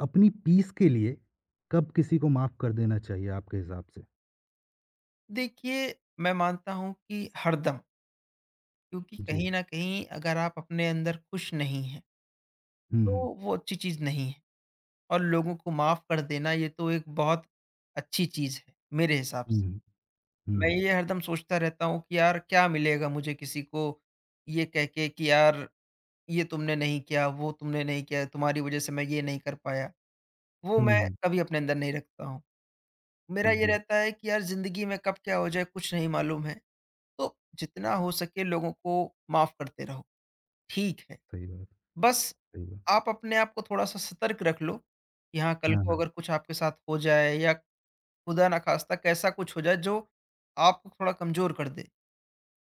अपनी पीस के लिए कब किसी को माफ़ कर देना चाहिए आपके हिसाब से? देखिए, मैं मानता हूँ कि हरदम, क्योंकि जी। कहीं न कहीं अगर आप अपने अंदर खुश नहीं हैं, हुँ, हुँ। तो वो अच्छी चीज़ नहीं है और लोगों को माफ़ कर देना ये तो एक बहुत अच्छी चीज़ है, मेरे हिसाब हुँ, से। हुँ। हुँ, मैं हुँ। ये हरदम सोचता रहता हूँ कि यार क्या मिलेगा मुझे किसी को ये कह के कि यार ये तुमने नहीं किया, वो तुमने नहीं किया, तुम्हारी वज़ह से मैं ये नहीं कर पाया। वो हुँ, मैं हुँ। कभी अपने अंदर नहीं रखता हूँ। मेरा ये जी, रहता है कि यार ज़िंदगी में कब क्या हो जाए कुछ नहीं मालूम है। तो जितना हो सके लोगों को माफ करते रहो, ठीक है। सही बात, बस सही बात। आप अपने आप को थोड़ा-सा सतर्क रख लो कि हाँ, कल हाँ, को हाँ। अगर कुछ आपके साथ हो जाए या खुदा ना ख़ास्ता कैसा कुछ हो जाए जो आपको थोड़ा कमज़ोर कर दे।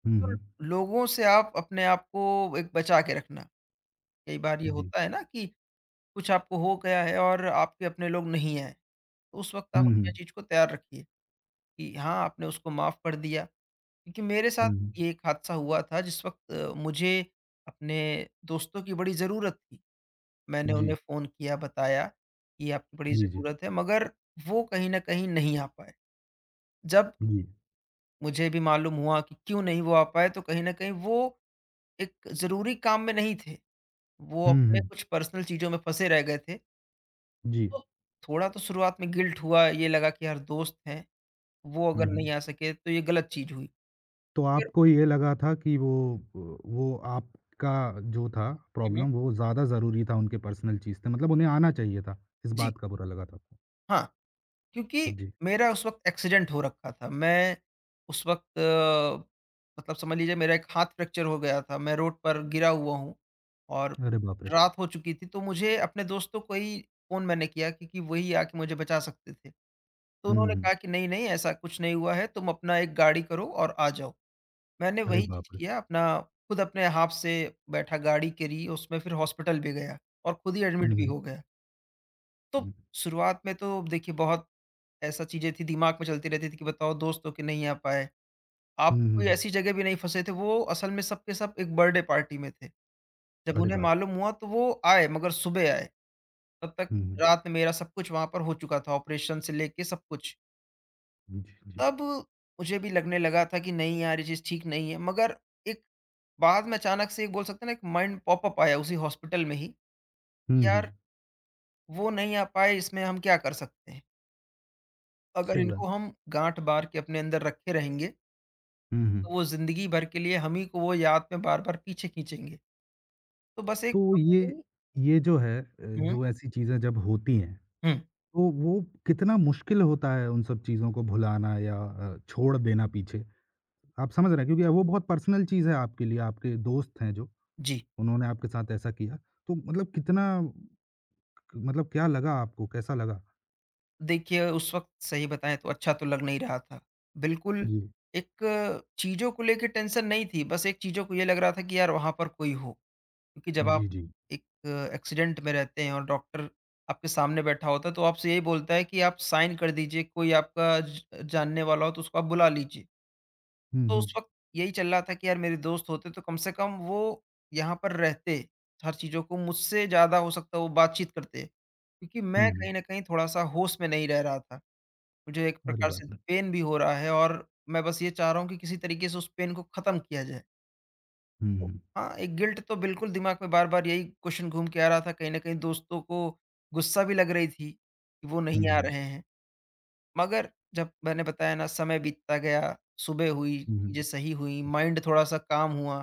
हुँ, तो हुँ। लोगों से आप अपने आप को एक बचा के रखना। कई बार ये जी। होता है ना कि कुछ आपको हो गया है और आपके अपने लोग नहीं आए, तो उस वक़्त आप हुँ, अपनी हुँ। चीज़ को तैयार रखिए कि हाँ, आपने उसको माफ़ कर दिया। क्योंकि मेरे हुँ, साथ हुँ। ये एक हादसा हुआ था जिस वक़्त मुझे अपने दोस्तों की बड़ी ज़रूरत थी। मैंने उन्हें जी, फ़ोन किया, बताया कि आपकी बड़ी जी, जी। ज़रूरत है, मगर वो कहीं न कहीं नहीं आ पाए। जब जी। मुझे भी मालूम हुआ कि क्यों नहीं वो आ पाए, तो कहीं न कहीं वो एक ज़रूरी काम में नहीं थे। वो हुँ, अपने हुँ। कुछ पर्सनल चीज़ों में फँसे रह गए थे। जी। तो थोड़ा तो शुरुआत में गिल्ट हुआ, ये लगा कि यार दोस्त हैं, वो हुँ, अगर हुँ। नहीं आ सके तो ये गलत चीज़ हुई। तो फिर आपको ये लगा था कि वो आपका जो था हुँ। प्रॉब्लम वो ज़्यादा ज़रूरी था उनके पर्सनल चीज़ से मतलब उन्हें आना चाहिए था, इस जी, बात का बुरा लगा था आपको? हाँ। क्योंकि जी। मेरा उस वक़्त एक्सीडेंट हो रखा था। मैं उस वक़्त मतलब समझ लीजिए मेरा एक हाथ फ्रैक्चर हो गया था। मैं रोड पर गिरा हुआ हूँ और अरे बाप रे! रात हो चुकी थी, तो मुझे अपने दोस्तों को ही फ़ोन मैंने किया क्योंकि वही आके मुझे बचा सकते थे। तो हुँ, उन्होंने हुँ। कहा कि नहीं, नहीं ऐसा कुछ नहीं हुआ है, तुम अपना एक गाड़ी करो और आ जाओ। मैंने अरे वही चीज़ बाप रे! किया अपना खुद अपने हाथ से बैठा गाड़ी करी, उसमें फिर हॉस्पिटल भी गया और खुद ही एडमिट हुँ, भी हुँ। हो गया। तो हुँ। शुरुआत में तो देखिए बहुत ऐसा चीज़ें थी दिमाग में चलती रहती थी कि बताओ दोस्त हो के नहीं आ पाए। हुँ, आप हुँ, कोई हुँ। ऐसी जगह भी नहीं फँसे थे, वो असल में सब के सब एक बर्थडे पार्टी में थे। जब अरे उन्हें बाप रे! मालूम हुआ तो वो आए मगर सुबह आए, तब तक हुँ, हुँ। रात में मेरा सब कुछ वहाँ पर हो चुका था ऑपरेशन से लेके सब कुछ। जी, जी। तब मुझे भी लगने लगा था कि नहीं यार ये चीज़ ठीक नहीं है, मगर एक बाद में अचानक से एक बोल सकते हैं ना एक माइंड पॉपअप आया उसी हॉस्पिटल में ही, हुँ, हुँ। यार वो नहीं आ पाए इसमें हम क्या कर सकते हैं? अगर सही बात। इनको हम गाँठ बाँध के अपने अंदर रखे रहेंगे हुँ, हुँ। तो वो ज़िंदगी भर के लिए हम ही को वो याद में बार-बार पीछे खींचेंगे। तो बस एक तो ये अपनी ये जो है हुँ, जो ऐसी चीज़ें जब होती हैं, हुँ, तो वो कितना मुश्किल होता है उन सब चीज़ों को भुलाना या छोड़ देना पीछे? आप समझ रहे हैं क्योंकि वो बहुत पर्सनल चीज़ है आपके लिए, आपके दोस्त हैं जो, जी। उन्होंने आपके साथ ऐसा किया। तो मतलब कितना मतलब क्या लगा आपको, कैसा लगा? देखिए उस वक़्त सही बताएँ तो अच्छा तो लग नहीं रहा था। बिल्कुल जी। एक चीज़ों को लेके टेंशन नहीं थी, बस एक चीज़ों को ये लग रहा था कि यार वहाँ पर कोई हो। क्योंकि जब आप जी, जी। एक एक्सीडेंट में रहते हैं और डॉक्टर आपके सामने बैठा होता है, तो आपसे यही बोलता है कि आप साइन कर दीजिए, कोई आपका ज जानने वाला हो तो उसको आप बुला लीजिए। हुँ, तो हुँ। उस वक़्त यही चल रहा था कि यार मेरे दोस्त होते तो कम से कम वो यहाँ पर रहते, हर चीज़ों को मुझसे ज़्यादा हो सकता है वो बातचीत करते। क्योंकि मैं हुँ, हुँ। कहीं न कहीं थोड़ा-सा होश में नहीं रह रहा था। मुझे एक अरे प्रकार से बाप रे! पेन भी हो रहा है और मैं बस ये चाह रहा हूँ कि किसी तरीके से उस पेन को ख़त्म किया जाए। हुँ, तो हुँ। हाँ, एक गिल्ट तो बिल्कुल दिमाग में बार-बार यही क्वेश्चन घूम के आ रहा था, कहीं न कहीं दोस्तों को गुस्सा भी लग रही थी, कि वो हुँ, नहीं आ हुँ। रहे हैं। मगर जब मैंने बताया ना समय बीतता गया, सुबह हुई, हुँ, हुँ। चीज़ें सही हुईं, माइंड थोड़ा-सा काम हुआ,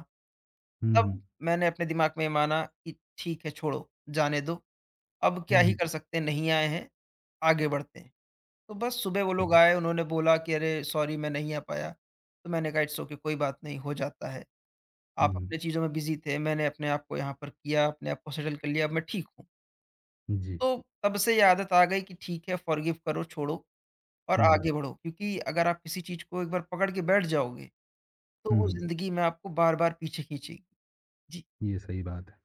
हुँ, हुँ। तब मैंने अपने दिमाग में माना कि ठीक है छोड़ो, जाने दो, अब क्या हुँ, ही हुँ। कर सकते हैं, नहीं आए हैं, आगे बढ़ते हैं। तो बस सुबह वो जी। लोग आए, उन्होंने बोला कि अरे सॉरी मैं नहीं आ पाया, तो मैंने कहा इट्स ओके कोई बात नहीं, हो जाता है। आप हुँ, अपनी चीज़ों में बिज़ी थे, मैंने अपने आप को यहाँ पर किया, अपने आप को सेटल कर लिया, अब मैं ठीक हूँ। जी। तो तब से ये आदत आ गई कि ठीक है फॉरगिव करो, छोड़ो। और हुँ, हुँ। आगे बढ़ो क्योंकि अगर आप किसी चीज़ को एक बार पकड़ के बैठ जाओगे, तो हुँ, वो हुँ। ज़िंदगी में आपको बार-बार पीछे खींचेगी। जी। ये सही बात है।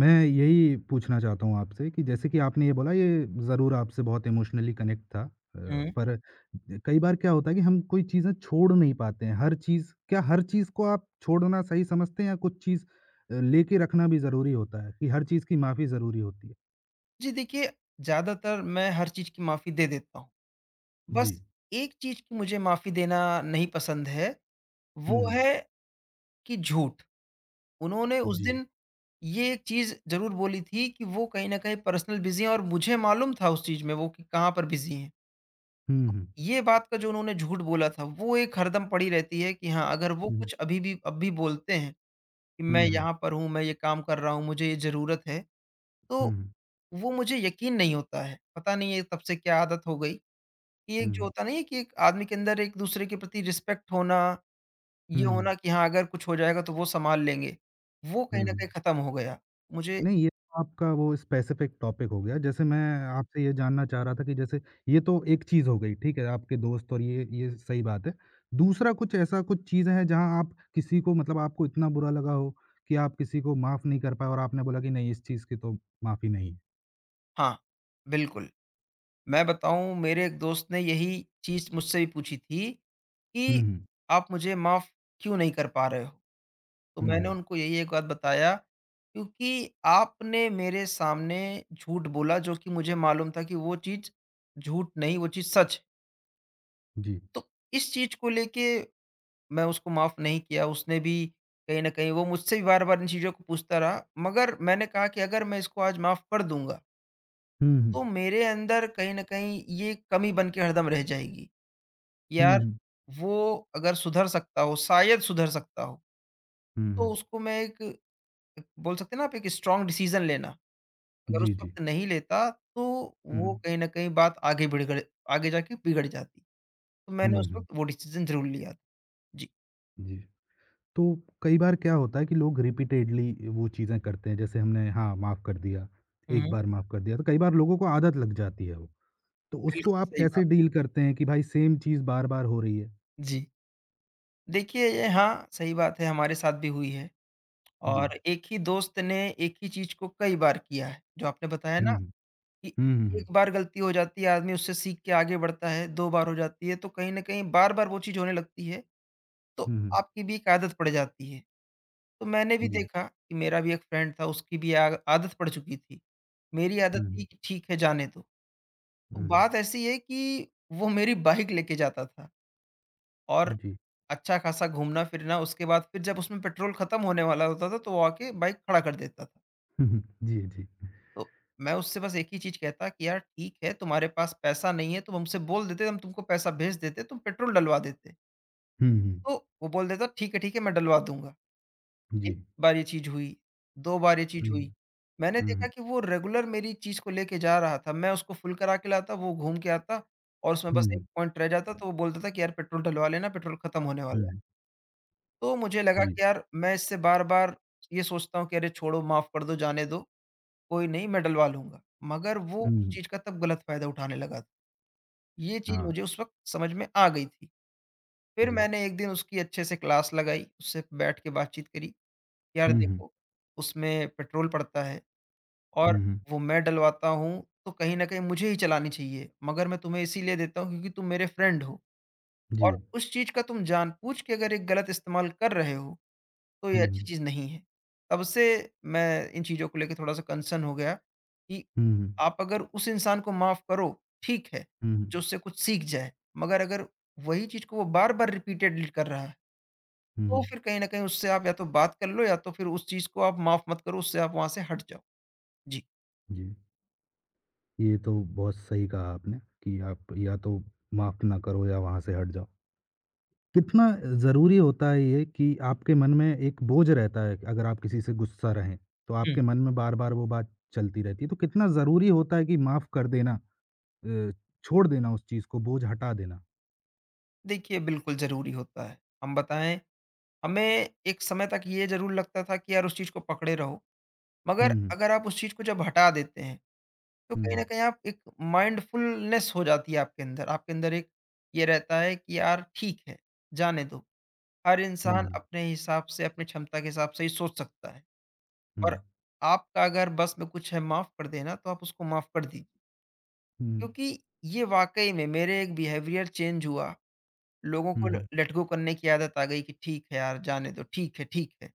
मैं यही पूछना चाहता हूँ आपसे कि जैसे कि आपने ये बोला ये ज़रूर आपसे बहुत इमोशनली कनेक्ट था। हुँ। पर कई बार क्या होता है कि हम कोई चीज़ें छोड़ नहीं पाते हैं, हर चीज़ को आप छोड़ना सही समझते हैं या कुछ चीज़ लेके रखना भी ज़रूरी होता है कि हर चीज़ की माफ़ी ज़रूरी होती है? जी, देखिए ज़्यादातर मैं हर चीज़ की माफ़ी दे देता हूँ। जी। बस एक चीज़ की मुझे माफ़ी देना नहीं पसंद है, हुँ, वो हुँ। है कि झूठ। उन्होंने उस जी। दिन ये एक चीज़ ज़रूर बोली थी कि वो कहीं न कहीं पर्सनल बिज़ी हैं और मुझे मालूम था उस चीज़ में वो कि कहाँ पर बिज़ी हैं। हुँ, हुँ। ये बात का जो उन्होंने झूठ बोला था, वो एक हरदम पड़ी रहती है कि हाँ, अगर वो हुँ, कुछ अभी भी अब भी बोलते हैं कि मैं हुँ। यहाँ पर हूँ, मैं ये काम कर रहा हूँ, मुझे ये ज़रूरत है। हुँ, तो हुँ। वो मुझे यकीन नहीं होता है। पता नहीं ये तब से क्या आदत हो गई कि एक हुँ, जो हुँ। होता नहीं है कि एक आदमी के अंदर एक-दूसरे के प्रति रिस्पेक्ट होना, हुँ, ये हुँ। हुँ, हुँ। होना कि हाँ, अगर कुछ हो जाएगा तो वो सँभाल लेंगे, वो हुँ, कहीं न हुँ। कहीं ख़त्म हो गया। मुझे नहीं, ये तो आपका वो स्पेसिफिक टॉपिक हो गया। जैसे मैं आपसे ये जानना चाह रहा था कि जैसे ये तो एक चीज़ हो गई, ठीक है? आपके दोस्त और ये सही बात है। दूसरा कुछ ऐसा कुछ चीज़ है जहाँ आप किसी को मतलब आपको इतना बुरा लगा हो कि आप किसी को माफ़ नहीं कर पाए और आपने बोला कि नहीं इस चीज़ की तो माफ़ी नहीं है? हाँ, बिल्कुल। मैं बताऊँ मेरे एक दोस्त ने यही चीज़ मुझसे भी पूछी थी हुँ, कि, हुँ। "आप मुझे माफ़ क्यों नहीं कर पा रहे हो?" तो हुँ, मैंने हुँ। उनको यही एक बात बताया, क्योंकि आपने मेरे सामने झूठ बोला जो कि मुझे मालूम था कि वो चीज़ झूठ नहीं, वो चीज़ सच है। जी। तो इस चीज़ को लेके मैं उसको माफ़ नहीं किया, उसने भी कहीं न कहीं वो मुझसे भी बार-बार इन चीज़ों को पूछता रहा, मगर मैंने कहा कि अगर मैं इसको आज माफ़ कर दूँगा, हुँ, हुँ। तो मेरे अंदर कहीं न कहीं ये कमी बन के हरदम रह जाएगी। हुँ, यार, हुँ। वो अगर सुधर सकता हो, शायद सुधर सकता हो, हुँ, तो हुँ। उसको मैं एक एक बोल सकते हैं ना आप एक स्ट्रॉन्ग डिसीज़न लेना। अगर जी, उस जी। वक़्त नहीं लेता, तो हुँ, वो हुँ। कहीं न कहीं बात आगे बिगड़ आगे जाके बिगड़ जाती। तो मैंने हुँ, उस हुँ। वक़्त वो डिसीज़न ज़रूर लिया था। जी। जी। तो कई बार क्या होता है कि लोग रिपीटेडली वो चीज़ें करते हैं, जैसे हमने हाँ, माफ़ कर दिया, एक हुँ, बार माफ़ कर दिया, तो कई बार लोगों को आदत लग जाती है वो। तो उसको बिल्कुल आप सही कैसे बात। डील करते हैं कि भाई सेम चीज़ बार-बार हो रही है? जी। देखिए ये हाँ, सही बात है हमारे साथ भी हुई है जी। और एक ही दोस्त ने एक ही चीज़ को कई बार किया है। जो आपने बताया हुँ, ना हुँ। कि हुँ, हुँ, हुँ। एक बार गलती हो जाती है, आदमी उससे सीख के आगे बढ़ता है, 2 बार हो जाती है, तो कहीं न कहीं बार-बार वो चीज़ होने लगती है, तो हुँ, हुँ। आपकी भी एक आदत पड़ जाती है। तो मैंने भी जी। देखा कि मेरा भी एक फ्रेंड था, उसकी भी आ आदत पड़ चुकी थी। मेरी आदत हुँ, थी हुँ। कि ठीक है जाने दो। हुँ, तो हुँ। बात ऐसी है कि वो मेरी बाइक लेके जाता था और जी। अच्छा खासा घूमना-फिरना उसके बाद फिर जब उसमें पेट्रोल खत्म होने वाला होता था तो वो आके बाइक खड़ा कर देता था। हुँ, हुँ। जी, जी। तो मैं उससे बस एक ही चीज़ कहता कि यार ठीक है तुम्हारे पास पैसा नहीं है, तुम हमसे बोल देते हम तुमको पैसा भेज देते, तुम पेट्रोल डलवा देते। हुँ, हुँ। तो वो बोल देता ठीक है मैं डलवा दूँगा। जी। एक बार ये चीज़ हुई, 2 बार ये हुँ, चीज़ हुई। मैंने हुँ, देखा हुँ। कि वो रेगुलर मेरी चीज़ को लेके जा रहा था, मैं उसको फुल करा के लाता, वो घूम के आता और उसमें हुँ, बस एक हुँ। पॉइंट रह जाता तो वो बोलता था कि यार पेट्रोल डलवा लेना, पेट्रोल खत्म होने हुँ, वाला है। हुँ। तो मुझे लगा जी। कि यार मैं इससे बार-बार ये सोचता हूँ कि अरे छोड़ो, माफ़ कर दो, जाने दो, कोई नहीं मैं डलवा लूँगा। मगर वो हुँ, उस हुँ। चीज़ का तब गलत फ़ायदा उठाने लगा था। ये चीज़ हाँ, मुझे उस वक़्त समझ में आ गई थी। फिर जी। मैंने एक दिन उसकी अच्छे से क्लास लगाई, उससे बैठ के बातचीत करी। यार हुँ, हुँ। देखो, उसमें पेट्रोल पड़ता है। और हुँ, हुँ। वो मैं डलवाता हूँ, तो कहीं न कहीं मुझे ही चलानी चाहिए, मगर मैं तुम्हें इसीलिए देता हूँ क्योंकि तुम मेरे फ्रेंड हो जी। और उस चीज़ का तुम जानबूझ के अगर एक गलत इस्तेमाल कर रहे हो, तो ये हुँ, अच्छी हुँ। चीज़ नहीं है। तब से मैं इन चीज़ों को लेके थोड़ा-सा कंसर्न हो गया कि हुँ, हुँ। आप अगर उस इंसान को माफ़ करो, ठीक है, हुँ, हुँ। जो उससे कुछ सीख जाए, मगर अगर वही चीज़ को वो बार-बार रिपीटेडली कर रहा है, हुँ, तो हुँ। फिर कहीं न कहीं उससे आप या तो बात कर लो या तो फिर उस चीज़ को आप माफ़ मत करो, उससे आप वहाँ से हट जाओ। जी। जी। ये तो बहुत सही कहा आपने कि आप या तो माफ़ ना करो या वहाँ से हट जाओ। कितना ज़रूरी होता है ये कि आपके मन में एक बोझ रहता है अगर आप किसी से गुस्सा रहें, तो आपके मन में बार-बार वो बात चलती रहती है, तो कितना ज़रूरी होता है कि माफ़ कर देना अ, छोड़ देना उस चीज़ को, बोझ हटा देना। देखिए, बिल्कुल ज़रूरी होता है। हम बताएँ, हमें एक समय तक ये ज़रूर लगता था कि यार उस चीज़ को पकड़े रहो, हुँ। हुँ, मगर हुँ, अगर आप उस चीज़ को जब हटा देते हैं, तो कहीं न हुँ, कहीं आप एक माइंडफुलनेस हो जाती है आपके अंदर। आपके अंदर एक ये रहता है कि यार ठीक है, जाने दो। हर इंसान हुँ, अपने हिसाब से, अपनी क्षमता के हिसाब से ही सोच सकता है हुँ, और आपका अगर बस में कुछ है माफ़ कर देना, तो आप उसको माफ़ कर दीजिए। हुँ, क्योंकि ये वाक़ई में मेरे एक बिहेवियर चेंज हुआ लोगों को हुँ, ल हुँ, लेट गो करने की आदत आ गई कि ठीक है यार, जाने दो, ठीक है, ठीक है।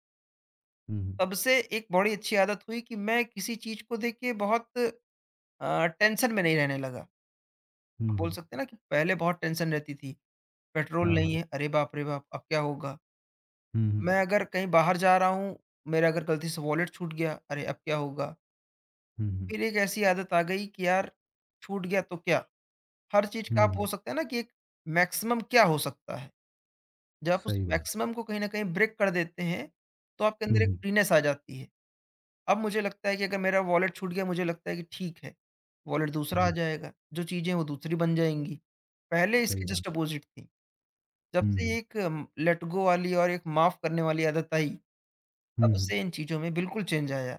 हुँ, तब से एक बड़ी अच्छी आदत हुई कि मैं किसी चीज़ को देखिए बहुत टेंशन में नहीं रहने लगा। हुँ, आप बोल हुँ, सकते हैं ना कि पहले बहुत टेंशन रहती थी, पेट्रोल हाँ, नहीं हाँ। है, अरे बाप रे बाप! अब क्या होगा? हुँ, हुँ, मैं अगर कहीं बाहर जा रहा हूँ, मेरा अगर गलती से वॉलेट छूट गया, अरे अब क्या होगा? हुँ, हुँ, फिर एक ऐसी आदत आ गई कि यार छूट गया तो क्या? हर चीज़ हुँ, का आप हो हुँ, सकता है ना कि एक मैक्सिमम क्या हो सकता है? जब आप उस सही बात है। मैक्सिमम को कहीं न कहीं ब्रेक कर देते हैं, तो आपके हुँ, अंदर एक हुँ, फ्रीनेस आ जाती है। अब मुझे लगता है कि अगर मेरा वॉलेट छूट गया, मुझे लगता है कि ठीक है, वॉलेट दूसरा आ जी, जाएगा, जो चीज़ें हैं वो दूसरी बन जाएँगी। पहले इसके सही बात जस्ट है। अपोज़िट थी। जब हुँ, से हुँ, ये एक लेट गो वाली और एक माफ़ करने वाली आदत आई, हुँ, तब हुँ, से इन चीज़ों में बिल्कुल चेंज आया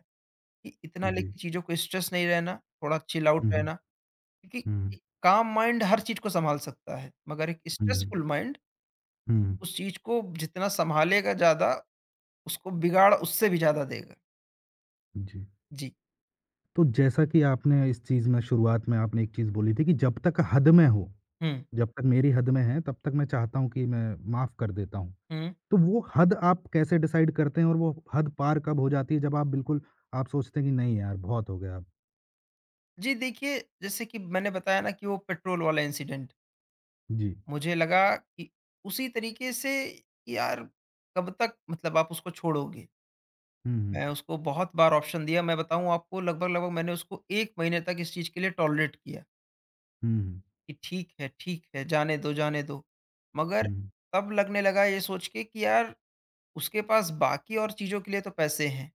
कि इतना जी। लेके चीज़ों को स्ट्रेस नहीं रहना, थोड़ा चिल आउट हुँ, हुँ। रहना क्योंकि एक काम माइंड हर चीज़ को सँभाल सकता है, मगर एक हुँ, हुँ, स्ट्रेसफुल माइंड हुँ, उस चीज़ को जितना सँभालेगा ज़्यादा उसको बिगाड़ उससे भी ज़्यादा देगा। जी। जी। तो जैसा कि आपने इस चीज़ में शुरुआत में आपने एक चीज़ बोली थी कि जब तक हद में हो, हुँ। जब तक मेरी हद में है, तब तक मैं चाहता हूँ कि मैं माफ़ कर देता हूँ। हुँ। तो वो हद आप कैसे डिसाइड करते हैं और वो हद पार कब हो जाती है जब आप बिल्कुल आप सोचते हैं कि नहीं यार बहुत हो गया अब? जी, देखिए जैसे कि मैंने बताया ना कि वो पेट्रोल वाला इंसिडेंट, जी। मुझे लगा कि उसी तरीके से यार कब तक मतलब आप उसको छोड़ोगे? हुँ, हुँ। मैं उसको बहुत बार ऑप्शन दिया, मैं बताऊँ आपको लगभग-लगभग मैंने उसको 1 महीने तक इस चीज़ के लिए टॉलरेट किया हुँ, हुँ, कि ठीक है, जाने दो, जाने दो। मगर हुँ, तब लगने लगा ये सोच के कि यार उसके पास बाकी और चीज़ों के लिए तो पैसे हैं।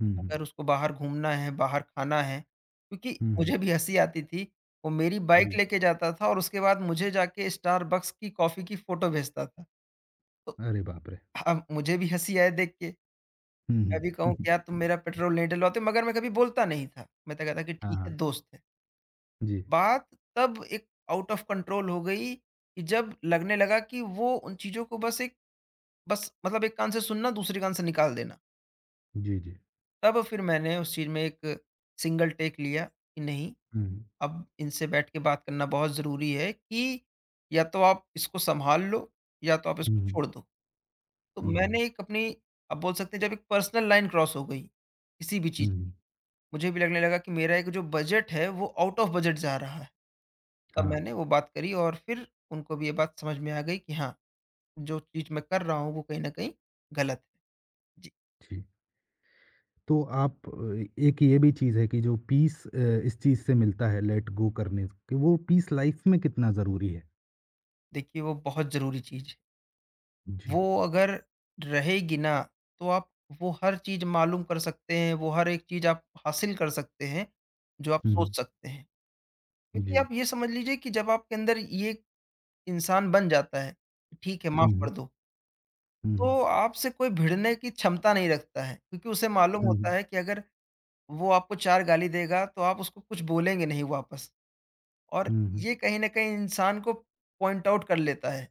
हुँ, हुँ, अगर उसको बाहर घूमना है, बाहर खाना है क्योंकि हुँ, हुँ, मुझे भी हँसी आती थी, वो मेरी बाइक जी। लेके जाता था और उसके बाद मुझे जाके स्टारबक्स की कॉफ़ी की फ़ोटो भेजता था। तो अरे बाप रे! अब मुझे भी हँसी आए देख के, मैं हुँ, भी कहूँ हुँ। कि यार तुम मेरा पेट्रोल नहीं डलवाते मगर मैं कभी बोलता नहीं था। मैं तो कहता कि हाँ, ठीक है हाँ। दोस्त है। जी, बात तब एक आउट ऑफ कंट्रोल हो गई कि जब लगने लगा कि वो उन चीज़ों को बस मतलब एक कान से सुनना, दूसरे कान से निकाल देना। जी, जी। तब फिर मैंने उस चीज़ में एक सिंगल टेक लिया कि नहीं हुँ, अब इनसे बैठ के बात करना बहुत ज़रूरी है कि या तो आप इसको सँभाल लो, या तो आप हुँ, इसको हुँ, छोड़ दो। तो हुँ, हुँ, मैंने एक अपनी आप बोल सकते हैं जब एक पर्सनल लाइन क्रॉस हो गई, किसी भी हुँ, चीज़ हुँ, की, मुझे भी लगने लगा कि मेरा एक जो बजट है वो आउट ऑफ बजट जा रहा है। तब हाँ, मैंने वो बात करी और फिर उनको भी ये बात समझ में आ गई कि हाँ, जो चीज़ मैं कर रहा हूँ वो कहीं न कहीं गलत है। जी, जी। तो आप एक ये भी चीज़ है कि जो पीस इस चीज़ से मिलता है लेट गो करने कि वो पीस लाइफ में कितना ज़रूरी है? देखिए वो बहुत ज़रूरी चीज़ है। जी। वो अगर रहेगी ना, तो आप वो हर चीज़ मालूम कर सकते हैं, वो हर एक चीज़ आप हासिल कर सकते हैं, जो आप हुँ, हुँ। सोच सकते हैं। जी। क्योंकि आप ये समझ लीजिए कि जब आपके अंदर ये इंसान बन जाता है, ठीक है हुँ। माफ़ हुँ, कर हुँ। दो, हुँ, हुँ। तो आपसे कोई भिड़ने की क्षमता नहीं रखता है, क्योंकि उसे मालूम हुँ, होता हुँ। है कि अगर वो आपको 4 गाली देगा, तो आप उसको कुछ बोलेंगे नहीं वापस। और हुँ, हुँ। ये कहीं न कहीं इंसान को पॉइंट आउट कर लेता है,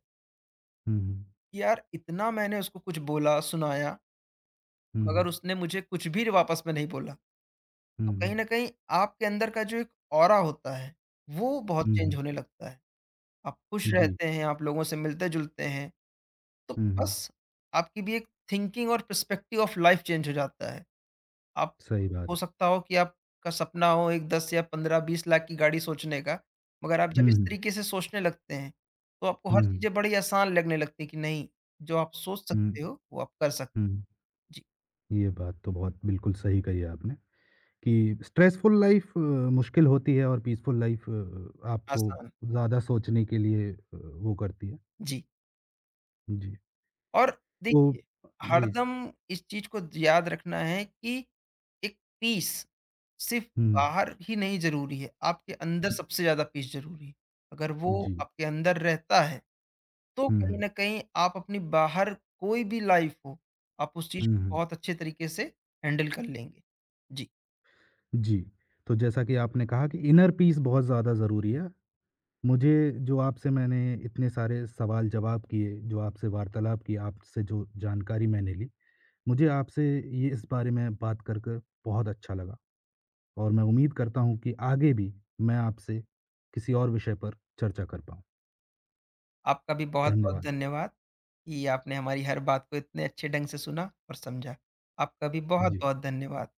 हुँ, हुँ। कि यार इतना मैंने उसको कुछ बोला, सुनाया। हुँ, हुँ। मगर उसने मुझे कुछ भी वापस में नहीं बोला। तो हुँ, कहीं हुँ। न कहीं आपके अंदर का जो एक ऑरा होता है, वो बहुत हुँ, चेंज हुँ। होने लगता है। आप खुश जी। रहते हैं, आप लोगों से मिलते-जुलते हैं, तो हुँ, हुँ। बस आपकी भी एक थिंकिंग और पर्सपेक्टिव ऑफ लाइफ चेंज हो जाता है। आप सही बात हो है। सकता हो कि आपका सपना हो एक 10 या 15-20 लाख की गाड़ी सोचने का, मगर आप जब हुँ, इस हुँ। तरीके से सोचने लगते हैं, तो आपको हर हुँ, चीज़ें बड़ी आसान लगने लगती हैं कि नहीं, जो आप सोच हुँ। सकते हो, वो आप कर सक हुँ। जी, ये बात तो बहुत बिल्कुल सही कही है आपने कि स्ट्रेसफुल लाइफ़ मुश्किल होती है और पीसफुल लाइफ़ आपको आसान। ज़्यादा सोचने के लिए वो करती है। जी। जी। और तो देखिए, जी। हरदम इस चीज़ को याद रखना है कि एक पीस सिर्फ़ हुँ, हुँ। बाहर ही नहीं ज़रूरी है, आपके अंदर सबसे ज़्यादा पीस ज़रूरी है। अगर वो जी। आपके अंदर रहता है, तो हुँ, कहीं हुँ। न कहीं आप अपनी बाहर कोई भी लाइफ़ हो, आप उस चीज़ हुँ, को हुँ। बहुत अच्छे तरीके से हैंडल कर लेंगे। जी, जी। तो जैसा कि आपने कहा कि इनर पीस बहुत ज़्यादा ज़रूरी है। मुझे जो आपसे मैंने इतने सारे सवाल-जवाब किए, जो आपसे वार्तालाप की, आपसे जो जानकारी मैंने ली, मुझे आपसे ये इस बारे में बात कर कर बहुत अच्छा लगा और मैं उम्मीद करता हूँ कि आगे भी मैं आपसे किसी और विषय पर चर्चा कर पाऊँ। आपका भी बहुत-बहुत धन्यवाद। धन्यवाद कि आपने हमारी हर बात को इतने अच्छे ढंग से सुना और समझा। आपका भी जी। बहुत-बहुत धन्यवाद।